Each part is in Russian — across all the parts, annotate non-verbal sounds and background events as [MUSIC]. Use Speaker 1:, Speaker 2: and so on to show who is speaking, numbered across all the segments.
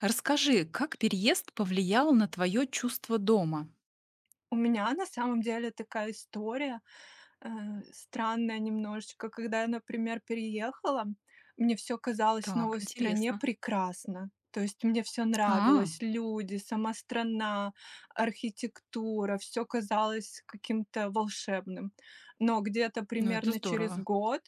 Speaker 1: Расскажи, как переезд повлиял на твое чувство дома?
Speaker 2: У меня на самом деле такая история, э, странная немножечко. Когда я, например, переехала, мне все казалось в
Speaker 1: Так,
Speaker 2: новой стране
Speaker 1: интересно.
Speaker 2: прекрасно. То есть мне все
Speaker 1: А,
Speaker 2: нравилось: люди, сама страна, архитектура. Все казалось каким-то волшебным. Но где-то
Speaker 1: ну это
Speaker 2: примерно через
Speaker 1: здорово.
Speaker 2: год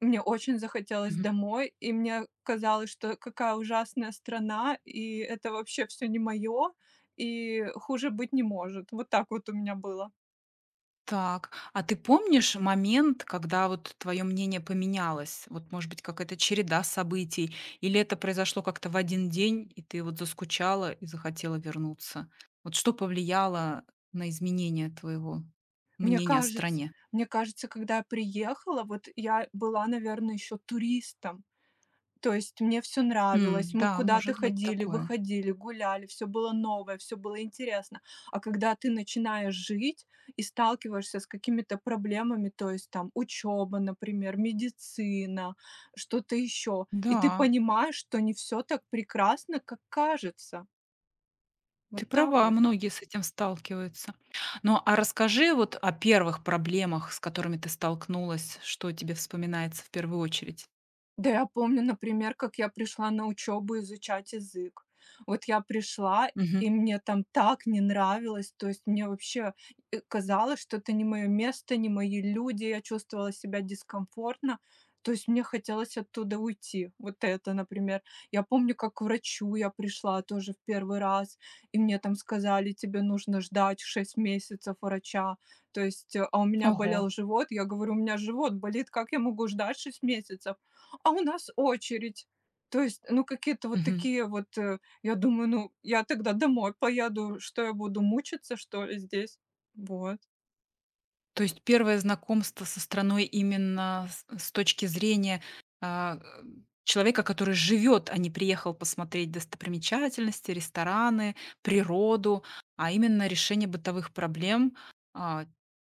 Speaker 2: мне очень захотелось
Speaker 1: Мгм.
Speaker 2: домой, и мне казалось, что какая ужасная страна, и это вообще все не мое, и хуже быть не может. Вот так вот у меня было.
Speaker 1: Так, а ты помнишь момент, когда вот твое мнение поменялось? Вот, может быть, какая-то череда событий? Или это произошло как-то в один день, и ты вот заскучала и захотела вернуться? Вот что повлияло на изменение твоего
Speaker 2: Мне
Speaker 1: мнения о
Speaker 2: кажется
Speaker 1: стране?
Speaker 2: мне кажется, когда я приехала, вот я была, наверное, еще туристом. То есть мне все нравилось,
Speaker 1: М,
Speaker 2: мы
Speaker 1: да,
Speaker 2: куда-то
Speaker 1: может быть
Speaker 2: ходили,
Speaker 1: такое.
Speaker 2: выходили, гуляли, все было новое, все было интересно. А когда ты начинаешь жить и сталкиваешься с какими-то проблемами, то есть там учеба, например, медицина, что-то еще, и ты
Speaker 1: Да.
Speaker 2: понимаешь, что не все так прекрасно, как кажется. Вот
Speaker 1: Ты
Speaker 2: так
Speaker 1: права,
Speaker 2: вот.
Speaker 1: многие с этим сталкиваются. Ну, а расскажи вот о первых проблемах, с которыми ты столкнулась, что тебе вспоминается в первую очередь?
Speaker 2: Да, я помню, например, как я пришла на учебу изучать язык. Вот я пришла,
Speaker 1: Мгм.
Speaker 2: и мне там так не нравилось. То есть мне вообще казалось, что это не мое место, не мои люди. Я чувствовала себя дискомфортно. То есть мне хотелось оттуда уйти. Вот это, например. Я помню, как к врачу я пришла тоже в первый раз, и мне там сказали, тебе нужно ждать 6 месяцев врача. То есть, а у меня
Speaker 1: Ого.
Speaker 2: болел живот. Я говорю, у меня живот болит, как я могу ждать 6 месяцев? А у нас очередь. То есть, ну, какие-то вот
Speaker 1: Мгм.
Speaker 2: такие вот, я думаю, ну, я тогда домой поеду, что я буду мучиться, что ли, здесь? Вот.
Speaker 1: То есть первое знакомство со страной именно с точки зрения, а, человека, который живет, а не приехал посмотреть достопримечательности, рестораны, природу, а именно решение бытовых проблем, а,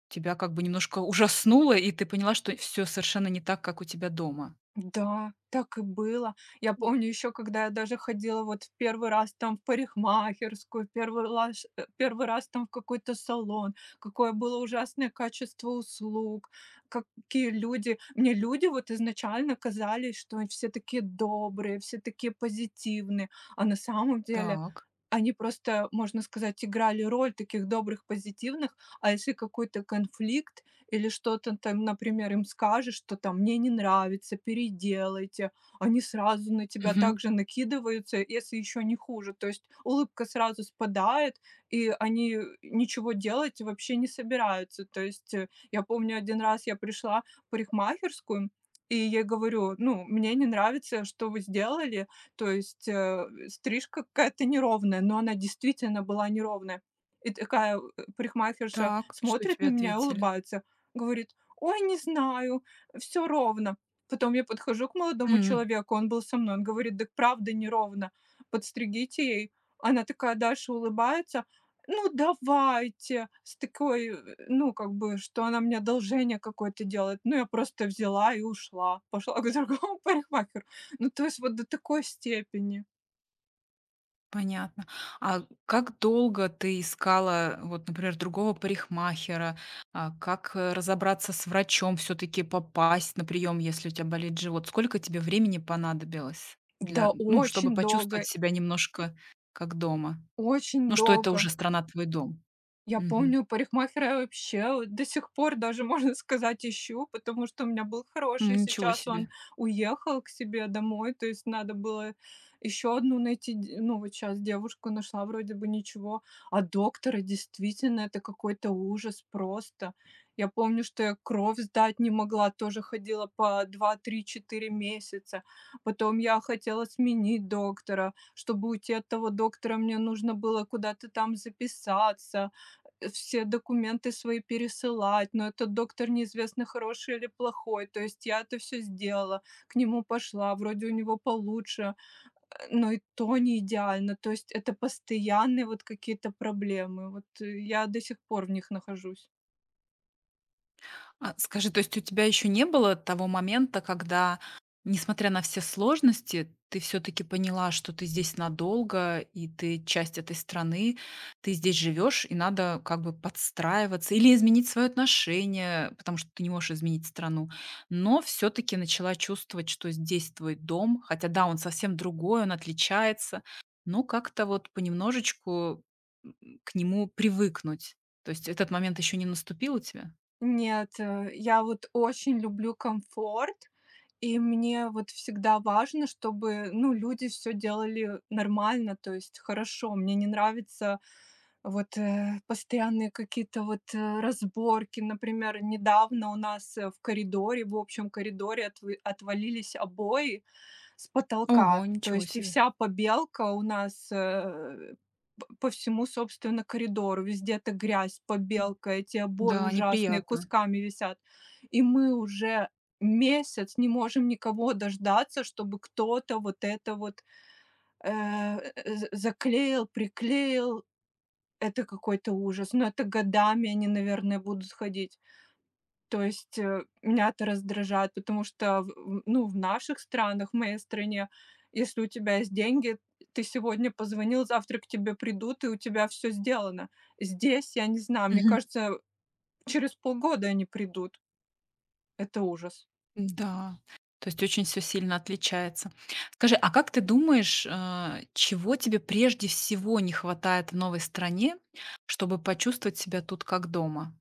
Speaker 1: тебя как бы немножко ужаснуло, и ты поняла, что все совершенно не так, как у тебя дома.
Speaker 2: Да, так и было. Я помню еще, когда я даже ходила вот в первый раз там в парикмахерскую, первый раз, один раз там в какой-то салон, какое было ужасное качество услуг, какие люди мне люди вот изначально казались, что они все такие добрые, все такие позитивные, а на самом деле
Speaker 1: Так.
Speaker 2: они просто, можно сказать, играли роль таких добрых, позитивных. А если какой-то конфликт или что-то там, например, им скажешь, что там мне не нравится, переделайте, они сразу на тебя
Speaker 1: Мгм.
Speaker 2: также накидываются, если еще не хуже. То есть улыбка сразу спадает, и они ничего делать вообще не собираются. То есть я помню, один раз я пришла в парикмахерскую, и я говорю, ну, мне не нравится, что вы сделали, то есть стрижка какая-то неровная, но она действительно была неровная. И такая парикмахерша
Speaker 1: Так, и что
Speaker 2: смотрит на
Speaker 1: тебе
Speaker 2: меня и
Speaker 1: ответили?
Speaker 2: улыбается. Говорит: «Ой, не знаю, все ровно». Потом я подхожу к молодому
Speaker 1: М,
Speaker 2: человеку, он был со мной, он говорит: «Дак правда неровно, подстригите ей». Она такая дальше улыбается: «Ну, давайте». С такой, ну, как бы, что она мне одолжение какое-то делает. Ну, я просто взяла и ушла, пошла [LAUGHS] к другому парикмахеру. Ну, то есть вот до такой степени.
Speaker 1: понятно. А как долго ты искала, вот, например, другого парикмахера? А, как, разобраться с врачом, все таки попасть на прием, если у тебя болит живот? Сколько тебе времени понадобилось
Speaker 2: Да,
Speaker 1: для ну, чтобы
Speaker 2: очень
Speaker 1: почувствовать
Speaker 2: долго,
Speaker 1: себя немножко как дома? Ну,
Speaker 2: очень
Speaker 1: что это
Speaker 2: долго.
Speaker 1: уже страна твой дом.
Speaker 2: Я
Speaker 1: Мгм.
Speaker 2: помню, парикмахера я вообще вот до сих пор даже, [LAUGHS] можно сказать, ищу, потому что у меня был
Speaker 1: М,
Speaker 2: хороший.
Speaker 1: ничего
Speaker 2: Сейчас он
Speaker 1: себе.
Speaker 2: уехал к себе домой, то есть надо было еще одну найти. Ну, вот сейчас девушку нашла, вроде бы ничего. А доктора действительно это какой-то ужас просто. Я помню, что я кровь сдать не могла, тоже ходила по два-три-четыре месяца. Потом я хотела сменить доктора. Чтобы уйти от того доктора, мне нужно было куда-то там записаться, все документы свои пересылать, но этот доктор неизвестно, хороший или плохой. То есть я это все сделала, к нему пошла, вроде у него получше, но и то не идеально. То есть это постоянные вот какие-то проблемы. Вот, я до сих пор в них нахожусь.
Speaker 1: А, скажи, то есть у тебя еще не было того момента, когда, несмотря на все сложности, ты все-таки поняла, что ты здесь надолго, и ты часть этой страны, ты здесь живешь, и надо как бы подстраиваться или изменить свое отношение, потому что ты не можешь изменить страну. Но все-таки начала чувствовать, что здесь твой дом, хотя да, он совсем другой, он отличается, но как-то вот понемножечку м, к нему привыкнуть. То есть этот момент еще не наступил у тебя?
Speaker 2: Нет, я вот очень люблю комфорт, и мне вот всегда важно, чтобы, ну, люди все делали нормально, то есть хорошо. Мне не нравится. Вот, постоянные какие-то вот, разборки. Например, недавно у нас, в коридоре, в общем коридоре отвы отвалились обои с потолка.
Speaker 1: Ого,
Speaker 2: То
Speaker 1: ничего
Speaker 2: есть и
Speaker 1: себе.
Speaker 2: вся побелка у нас, э, п по всему, собственно, коридору. Везде эта грязь,
Speaker 1: М,
Speaker 2: побелка, эти обои
Speaker 1: да,
Speaker 2: ужасные,
Speaker 1: неприятно.
Speaker 2: кусками висят. И мы уже месяц не можем никого дождаться, чтобы кто-то вот это вот, э, э, з заклеил, приклеил, это какой-то ужас, но это годами они, наверное, будут ходить. То есть, меня это раздражает, потому что в ну, в наших странах, в моей стране, если у тебя есть деньги, ты сегодня позвонил, завтра к тебе придут, и у тебя все сделано. Здесь, я не знаю, мне
Speaker 1: Мгм.
Speaker 2: кажется, через полгода они придут. Это ужас.
Speaker 1: Да. То есть очень все сильно отличается. Скажи, а как ты думаешь, а, чего тебе прежде всего не хватает в новой стране, чтобы почувствовать себя тут как дома?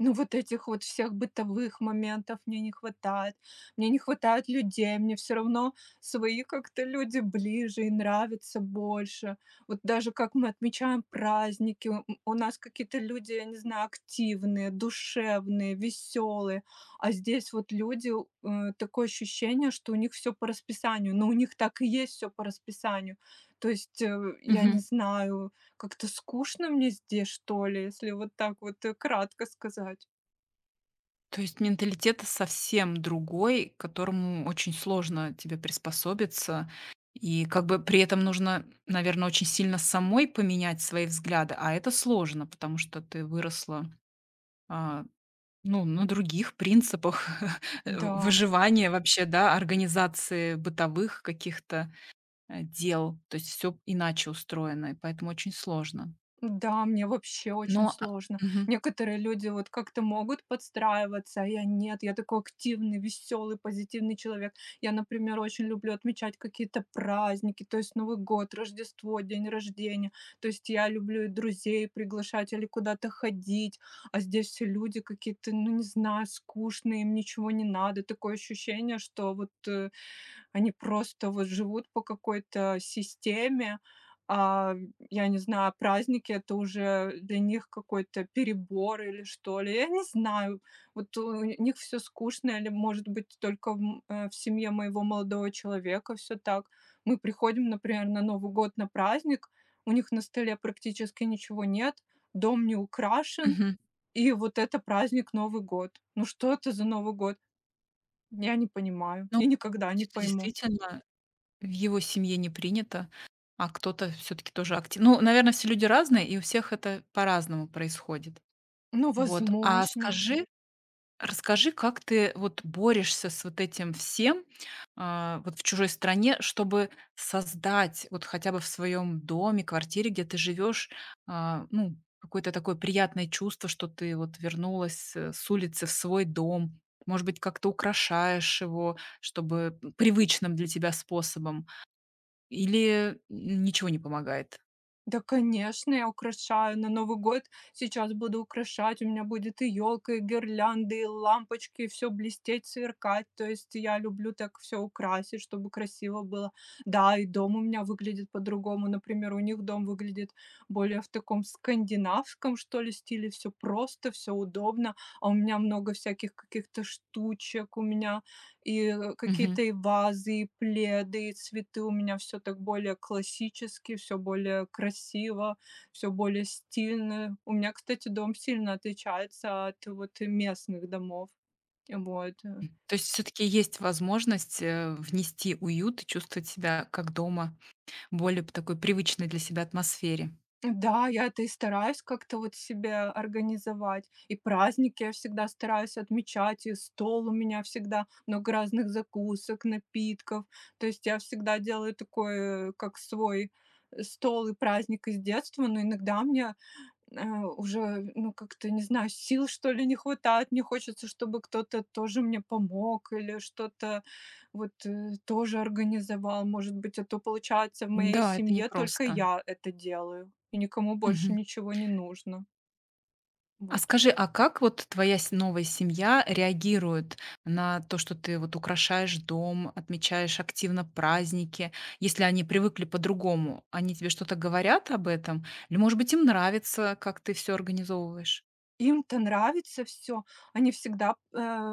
Speaker 2: Ну, вот этих вот всех бытовых моментов мне не хватает. Мне не хватает людей, мне все равно свои как-то люди ближе и нравятся больше. Вот даже как мы отмечаем праздники, у нас какие-то люди, я не знаю, активные, душевные, веселые. А здесь вот люди, такое ощущение, что у них все по расписанию. Но у них так и есть все по расписанию. То есть, я не
Speaker 1: Мгм.
Speaker 2: знаю, как-то скучно мне здесь, что ли, если вот так вот, кратко сказать.
Speaker 1: То есть менталитет совсем другой, к которому очень сложно тебе приспособиться. И как бы при этом нужно, наверное, очень сильно самой поменять свои взгляды, а это сложно, потому что ты выросла, а, ну, на других принципах [LAUGHS]
Speaker 2: Да.
Speaker 1: выживания вообще, да, организации бытовых каких-то, дел. То есть все иначе устроено, и поэтому очень сложно.
Speaker 2: Да, мне вообще
Speaker 1: Но,
Speaker 2: очень
Speaker 1: а
Speaker 2: сложно.
Speaker 1: мгм,
Speaker 2: Некоторые люди вот как-то могут подстраиваться, а я нет. Я такой активный, веселый, позитивный человек. Я, например, очень люблю отмечать какие-то праздники, то есть Новый год, Рождество, день рождения. То есть я люблю и друзей приглашать или куда-то ходить. А здесь все люди какие-то, ну не знаю, скучные, им ничего не надо. Такое ощущение, что вот они просто вот живут по какой-то системе, а я не знаю, праздники — это уже для них какой-то перебор или что ли. Я не знаю. Вот у них все скучно или, может быть, только в семье моего молодого человека все так. Мы приходим, например, на Новый год на праздник, у них на столе практически ничего нет, дом не украшен,
Speaker 1: мгм.
Speaker 2: и вот это праздник Новый год. Ну что это за Новый год? Я не понимаю
Speaker 1: Ну,
Speaker 2: и
Speaker 1: может
Speaker 2: никогда
Speaker 1: быть,
Speaker 2: не
Speaker 1: это
Speaker 2: пойму.
Speaker 1: действительно в его семье не принято, а кто-то все таки тоже актив. Ну, наверное, все люди разные, и у всех это по-разному происходит.
Speaker 2: Ну,
Speaker 1: Вот. А
Speaker 2: возможно.
Speaker 1: скажи, расскажи, как ты вот борешься с вот этим всем, а, вот в чужой стране, чтобы создать вот хотя бы в своем доме, квартире, где ты живешь, а, ну, какое-то такое приятное чувство, что ты вот вернулась с улицы в свой дом. Может быть, как-то украшаешь его, чтобы привычным для тебя способом, или ничего не помогает?
Speaker 2: Да, конечно, я украшаю. На Новый год сейчас буду украшать. У меня будет и елка, и гирлянды, и лампочки, и все блестеть, сверкать. То есть я люблю так все украсить, чтобы красиво было. Да, и дом у меня выглядит по-другому. Например, у них дом выглядит более в таком скандинавском, что ли, стиле. Все просто, все удобно. А у меня много всяких каких-то штучек. У меня и, какие-то
Speaker 1: Мгм.
Speaker 2: и вазы, и пледы, и цветы. У меня все так более классически, все более красиво, все более стильно. У меня, кстати, дом сильно отличается от вот местных домов. Вот.
Speaker 1: То есть все-таки есть возможность внести уют и чувствовать себя как дома. Более п такой привычной для себя атмосфере.
Speaker 2: Да, я это и стараюсь как-то вот себя организовать. И праздники я всегда стараюсь отмечать, и стол у меня всегда много разных закусок, напитков. То есть я всегда делаю такой, как свой стол и праздник из детства, но иногда мне а, уже, ну, как-то, не знаю, сил, что ли, не хватает. Мне хочется, чтобы кто-то тоже мне помог или что-то вот тоже организовал. Может быть, а то получается в моей
Speaker 1: Да, это
Speaker 2: семье только
Speaker 1: непросто.
Speaker 2: я это делаю, и никому больше
Speaker 1: Мгм.
Speaker 2: ничего не нужно.
Speaker 1: А
Speaker 2: Вот.
Speaker 1: скажи, а как вот твоя с новая семья реагирует на то, что ты вот украшаешь дом, отмечаешь активно праздники? Если они привыкли по-другому, они тебе что-то говорят об этом? Или, может быть, им нравится, как ты все организовываешь?
Speaker 2: Им-то нравится все. Они всегда,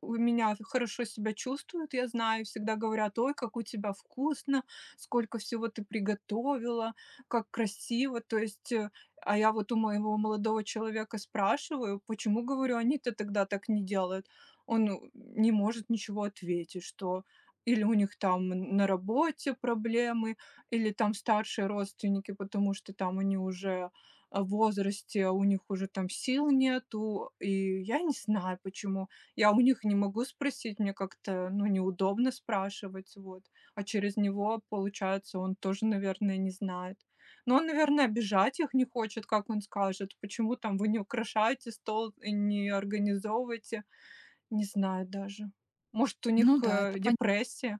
Speaker 2: у меня хорошо себя чувствуют, я знаю, всегда говорят: «Ой, как у тебя вкусно, сколько всего ты приготовила, как красиво». То есть, а я вот у моего молодого человека спрашиваю: «Почему, говорю, они-то тогда так не делают?» Он, не может ничего ответить, что или у них там на работе проблемы, или там старшие родственники, потому что там они уже а, возрасте, а у них уже там сил нету, и я не знаю почему. Я у них не могу спросить, мне как-то, ну, неудобно спрашивать, вот. А через него, получается, он тоже, наверное, не знает. Но он, наверное, обижать их не хочет, как он скажет. Почему там вы не украшаете стол и не организовываете? Не знаю даже. Может, у
Speaker 1: Ну
Speaker 2: них
Speaker 1: да, это понятно.
Speaker 2: депрессия?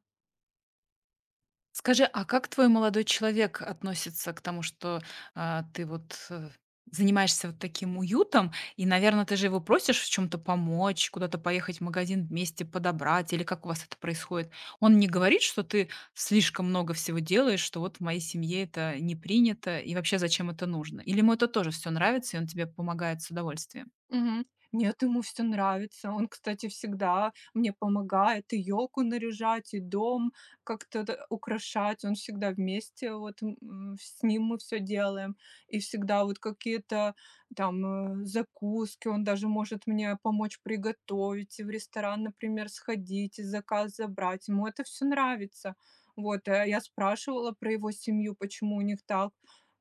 Speaker 1: Скажи, а как твой молодой человек относится к тому, что, а, ты вот, занимаешься вот таким уютом? И, наверное, ты же его просишь в чем то помочь, куда-то поехать в магазин вместе подобрать, или как у вас это происходит? Он не говорит, что ты слишком много всего делаешь, что вот в моей семье это не принято, и вообще зачем это нужно? Или ему это тоже все нравится, и он тебе помогает с удовольствием?
Speaker 2: Мгм. Нет, ему все нравится. Он, кстати, всегда мне помогает и елку наряжать, и дом как-то т украшать. Он всегда вместе, вот, с ним мы все делаем. И всегда вот какие-то там, закуски, он даже может мне помочь приготовить, и в ресторан, например, сходить, и заказ забрать. Ему это все нравится. Вот, я спрашивала про его семью, почему у них так.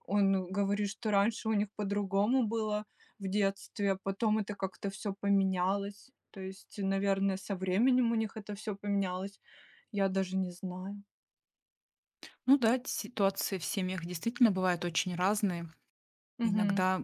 Speaker 2: Он говорит, что раньше у них по-другому было в детстве, а потом это как-то все поменялось. То есть, наверное, со временем у них это все поменялось. Я даже не знаю.
Speaker 1: Ну да, ситуации в семьях действительно бывают очень разные.
Speaker 2: Мгм.
Speaker 1: Иногда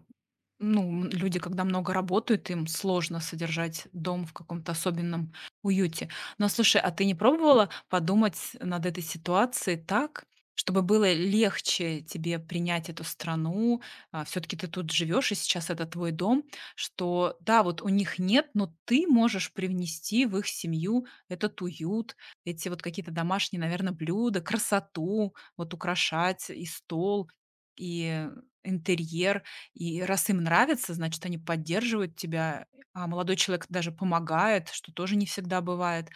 Speaker 1: ну, м, люди, когда много работают, им сложно содержать дом в каком-то особенном уюте. Но слушай, а ты не пробовала подумать над этой ситуацией так, чтобы было легче тебе принять эту страну? Все-таки ты тут живешь, и сейчас это твой дом, что да, вот у них нет, но ты можешь привнести в их семью этот уют, эти вот какие-то домашние, наверное, блюда, красоту, вот украшать и стол, и интерьер, и раз им нравится, значит, они поддерживают тебя, а молодой человек даже помогает, что тоже не всегда бывает.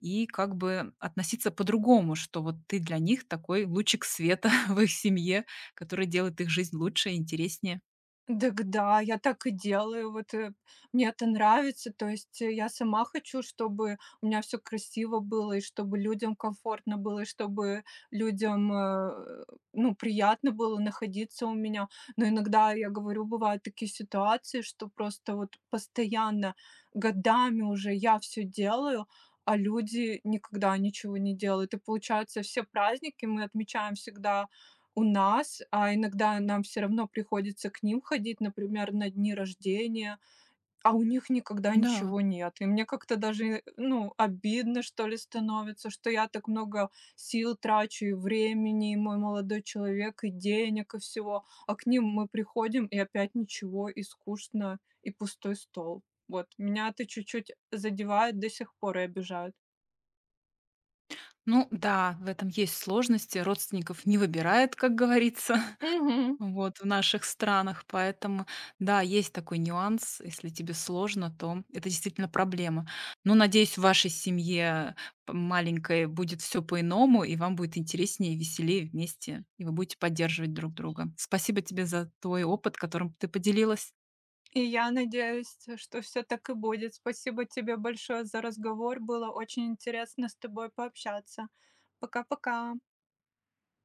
Speaker 1: И как бы относиться по-другому, что вот ты для них такой лучик света [LAUGHS] в их семье, который делает их жизнь лучше и интереснее.
Speaker 2: Дак да, я так и делаю. Вот, мне это нравится. То есть, я сама хочу, чтобы у меня все красиво было, и чтобы людям комфортно было, и чтобы людям, ну, приятно было находиться у меня. Но иногда, я говорю, бывают такие ситуации, что просто вот постоянно, годами уже я все делаю, а люди никогда ничего не делают. И получается, все праздники мы отмечаем всегда у нас, а иногда нам все равно приходится к ним ходить, например, на дни рождения, а у них никогда
Speaker 1: Да.
Speaker 2: ничего нет. И мне как-то даже, ну, обидно, что ли, становится, что я так много сил трачу и времени, и мой молодой человек, и денег, и всего, а к ним мы приходим, и опять ничего, и скучно, и пустой стол. Вот, меня это чуть-чуть задевает до сих пор и обижает.
Speaker 1: Ну да, в этом есть сложности. Родственников не выбирает, как говорится. [LAUGHS]
Speaker 2: Мгм.
Speaker 1: Вот, в наших странах. Поэтому, да, есть такой нюанс. Если тебе сложно, то это действительно проблема. Но, надеюсь, в вашей семье маленькой будет все по-иному, и вам будет интереснее и веселее вместе, и вы будете поддерживать друг друга. Спасибо тебе за твой опыт, которым ты поделилась.
Speaker 2: И я надеюсь, что все так и будет. Спасибо тебе большое за разговор. Было очень интересно с тобой пообщаться. Пока-пока.